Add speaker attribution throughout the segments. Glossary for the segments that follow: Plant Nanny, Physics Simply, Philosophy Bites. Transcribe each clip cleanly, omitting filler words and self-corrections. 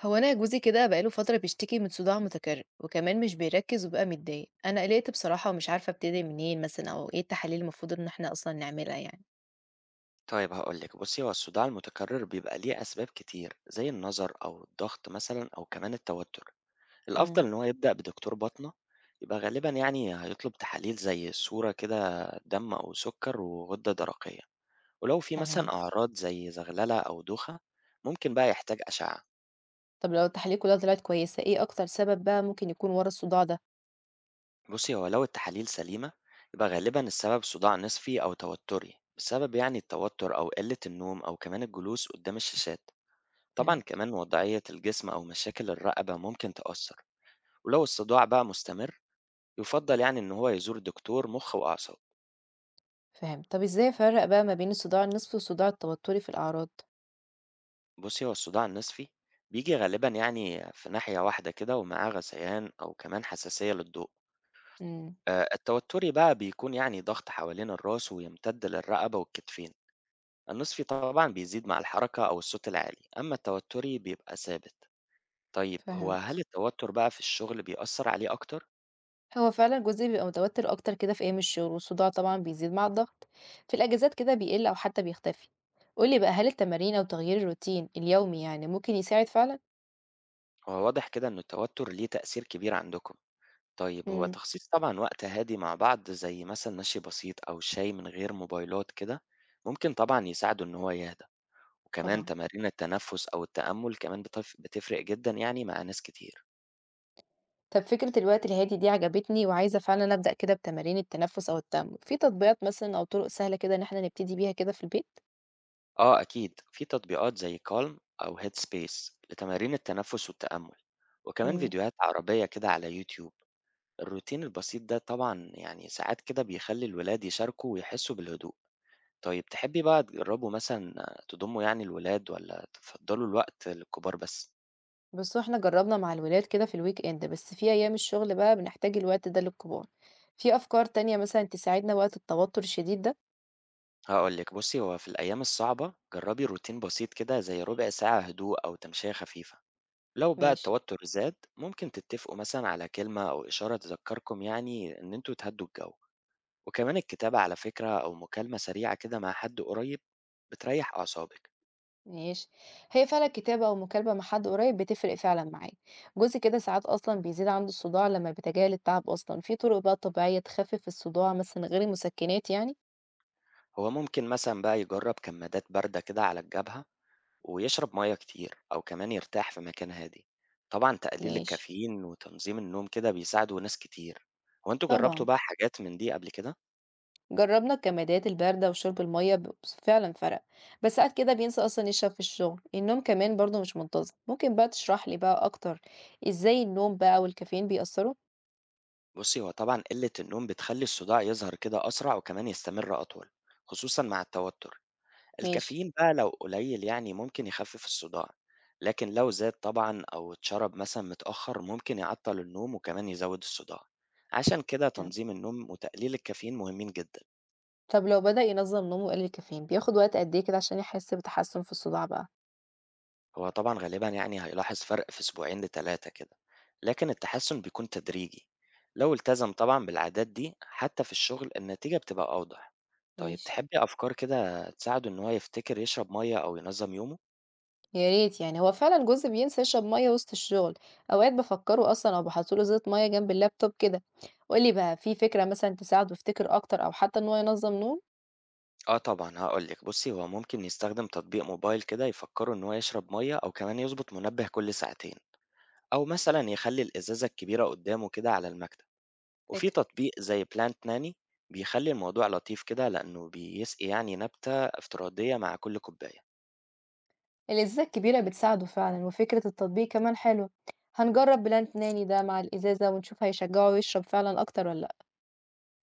Speaker 1: هو أنا جوزي كده بقاله فترة بيشتكي من صداع متكرر وكمان مش بيركز وبقى متضايق. أنا قلقت بصراحة ومش عارفة أبتدي منين مثلا أو إيه التحاليل المفروض إن إحنا أصلا نعملها يعني.
Speaker 2: طيب هقول لك، بصي، هو الصداع المتكرر بيبقى ليه أسباب كتير زي النظر أو الضغط مثلا أو كمان التوتر.
Speaker 1: امم.
Speaker 2: الأفضل إن هو يبدأ بدكتور باطنة، يبقى غالبا يعني هيطلب تحاليل زي صورة كده دم أو سكر وغدة درقية، ولو في
Speaker 1: تمام.
Speaker 2: مثلا أعراض زي زغللة أو دوخة ممكن بقى يحتاج أشعة.
Speaker 1: طب لو التحاليل كلها طلعت كويسة، ايه اكتر سبب بقى ممكن يكون ورا الصداع ده؟
Speaker 2: بصي، هو لو التحاليل سليمة يبقى غالبا السبب صداع نصفي أو توتري بسبب يعني التوتر أو قلة النوم أو كمان الجلوس قدام الشاشات. طبعا
Speaker 1: فاهم.
Speaker 2: كمان وضعية الجسم أو مشاكل الرقبة ممكن تأثر، ولو الصداع بقى مستمر يفضل يعني إن هو يزور دكتور مخ وأعصاب.
Speaker 1: فاهم. طب ازاي افرق بقى ما بين الصداع النصفي والصداع التوتري في الاعراض؟
Speaker 2: بصي، هو الصداع النصفي بيجي غالبا يعني في ناحية واحدة كده ومعاه غثيان أو كمان حساسية للضوء.
Speaker 1: امم.
Speaker 2: آه، التوتري بقى بيكون يعني ضغط حوالين الراس ويمتد للرقبة والكتفين. النصفي طبعا بيزيد مع الحركة أو الصوت العالي، أما التوتري بيبقى ثابت. طيب هو هل
Speaker 1: فهمت.
Speaker 2: التوتر بقى في الشغل بيأثر عليه أكتر؟
Speaker 1: هو فعلا جزء بيبقى متوتر أكتر كده في أيام الشغل، والصداع طبعا بيزيد مع الضغط. في الأجازات كده بيقل أو حتى بيختفي. قولي بقى، هل التمارين أو تغيير الروتين اليومي يعني ممكن يساعد فعلا؟
Speaker 2: هو واضح كده إن التوتر ليه تأثير كبير عندكم. طيب، هو
Speaker 1: امم.
Speaker 2: تخصيص طبعًا وقت هادي مع بعض زي مثلًا مشي بسيط أو شاي من غير موبايلات كده، ممكن طبعًا يساعده إن هو يهدى، وكمان
Speaker 1: طبعا.
Speaker 2: تمارين التنفس أو التأمل كمان بتفرق جدًا يعني مع ناس كتير.
Speaker 1: طب فكرة الوقت الهادي دي عجبتني وعايزة فعلا أبدأ كده بتمارين التنفس أو التأمل. في تطبيقات مثلا أو طرق سهلة كده إن احنا نبتدي بيها كده في البيت؟
Speaker 2: آه أكيد، في تطبيقات زي calm أو headspace لتمارين التنفس والتأمل، وكمان
Speaker 1: امم.
Speaker 2: فيديوهات عربية كده على يوتيوب. الروتين البسيط ده طبعًا يعني ساعات كده بيخلي الولاد يشاركوا ويحسوا بالهدوء. طيب تحبي بقى تجرّبوا مثلًا تضمّوا يعني الولاد والّا تفضّلوا الوقت للكبار بس؟
Speaker 1: بصوا، احنا جربنا مع الولاد كده في الويك إند، بس في أيام الشغل بقى بنحتاج الوقت ده للكبار. في أفكار تانية مثلا تساعدنا وقت التوتر الشديد ده؟
Speaker 2: هاقول لِك، بُصّي، هو في الأيام الصعبة جرّبي روتين بسيط كده زي ربع ساعة هدوء أو تمشية خفيفة، لو بقى
Speaker 1: ماشي.
Speaker 2: التوتر زاد ممكن تتفقوا مثلًا على كلمة أو إشارة تذكّركم يعني إن أنتم تهدّوا الجو، وكمان الكتابة على فكرة أو مكالمة سريعة كده مع حد قريب بتريّح أعصابِك.
Speaker 1: ماشي. هي فعلا كتابة أو مكالمة مع حد قريب بتفرق فعلا معاه. جزء كده ساعات أصلا بيزيد عنده الصداع لما بيتجاهل التعب أصلا. في طرق بقى طبيعية تخفف الصداع مثلا غير المسكنات يعني؟
Speaker 2: هو ممكن مثلًا بقى يجرّب كمادات باردة كده على الجبهة ويشرب مَيّة كتير أو كمان يرتاح في مكان هادي. طبعًا تقليل
Speaker 1: ماشي.
Speaker 2: الكافيين وتنظيم النوم كده بيساعدوا ناس كتير. هو أنتم جرّبتوا
Speaker 1: طبعا.
Speaker 2: بقى حاجات من دي قبل كده؟
Speaker 1: جربنا الكمادات الباردة وشرب المية بس فعلا فرق. بس ساعات كده بينسى أصلا يشرب في الشغل. النوم كمان برضه مش منتظم. ممكن بقى تشرح لي بقى أكتر إزاي النوم بقى والكافيين بيأثروا؟
Speaker 2: بُصّي، هو طبعًا قلة النوم بتخلّي الصداع يظهر كده أسرع وكمان يستمر أطول، خصوصًا مع التوتر.
Speaker 1: ماشي.
Speaker 2: الكافيين بقى لو قليل يعني ممكن يخفف الصداع، لكن لو زاد طبعًا أو اتشرب مثلًا متأخر ممكن يعطّل النوم وكمان يزوّد الصداع. عشان كده
Speaker 1: يعني.
Speaker 2: تنظيم النوم وتقليل الكافيين مهمين جدًا.
Speaker 1: طب لو بدأ ينظم نومه وقلل الكافيين، بياخد وقت قد إيه كده عشان يحس بتحسن في الصداع بقى؟
Speaker 2: هو طبعًا غالبًا يعني هيلاحظ فرق في أسبوعين ل3 كده، لكن التحسن بيكون تدريجي، لو التزم طبعًا بالعادات دي حتى في الشغل النتيجة بتبقى أوضح. طيب
Speaker 1: ماشي.
Speaker 2: تحبي أفكار كده تساعده إن هو يفتكر يشرب مَيّة أو ينظم يومه؟
Speaker 1: يا ريت، يعني هو فعلا جوزي بينسى يشرب ميه وسط الشغل. اوقات بفكره اصلا او بحط له ازازه ميه جنب اللابتوب كده. قولي بقى، في فكره مثلا تساعده يفتكر اكتر او حتى ان هو ينظم نوم؟
Speaker 2: آه طبعًا، هاقول لِك، بُصّي، هو ممكن يستخدم تطبيق موبايل كده يفكره إن هو يشرب مَيّة أو كمان يضبط منبه كل ساعتين، أو مثلًا يخلّي الإزازة الكبيرة قدامه كده على المكتب. وفي
Speaker 1: فكره.
Speaker 2: تطبيق زي Plant Nanny بيخلّي الموضوع لطيف كده، لإنه بيسقي يعني نبتة افتراضية مع كل كوباية.
Speaker 1: الازازه الكبيره بتساعده فعلا وفكره التطبيق كمان حلوه. هنجرب بلان ناني ده مع الازازه ونشوف هيشجعه يشرب فعلا اكتر ولا لا.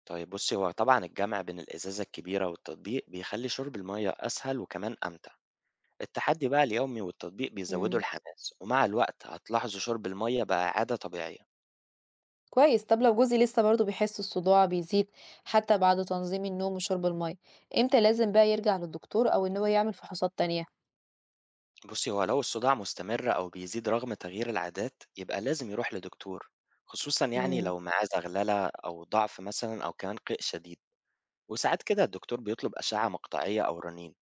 Speaker 2: طيب بُصّي، هو طبعًا الجمع بين الإزازة الكبيرة والتطبيق بيخلّي شرب المَيّة أسهل وكمان أمتع. التحدّي بقى اليومي والتطبيق بيزوّدوا
Speaker 1: امم.
Speaker 2: الحماس، ومع الوقت هتلاحظوا شرب المَيّة بقى عادة طبيعية.
Speaker 1: كويس. طب لو جوزي لسه برضه بيحس الصداع بيزيد حتى بعد تنظيم النوم وشرب الميه، امتى لازم بقى يرجع للدكتور او ان هو يعمل فحوصات تانية؟
Speaker 2: بُصّي، هو لو الصداع مستمر أو بيزيد رغم تغيير العادات، يبقى لازم يروح لدكتور، خصوصًا يعني
Speaker 1: امم.
Speaker 2: لو معاه زغللة أو ضعف مثلًا أو كمان قيء شديد. وساعات كده الدكتور بيطلب أشعة مقطعية أو رنين،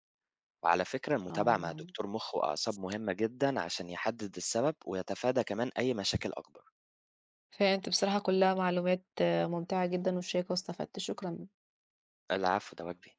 Speaker 2: وعلى فكرة المتابعة مع
Speaker 1: اه.
Speaker 2: دكتور مخ وأعصاب مهمة جدا عشان يحدد السبب ويتفادى كمان أي مشاكل أكبر.
Speaker 1: فهمت، بصراحة كلّها معلومات ممتعة جدًا وشيّقة واستفدت، شكرًا.
Speaker 2: العفو، ده واجبي.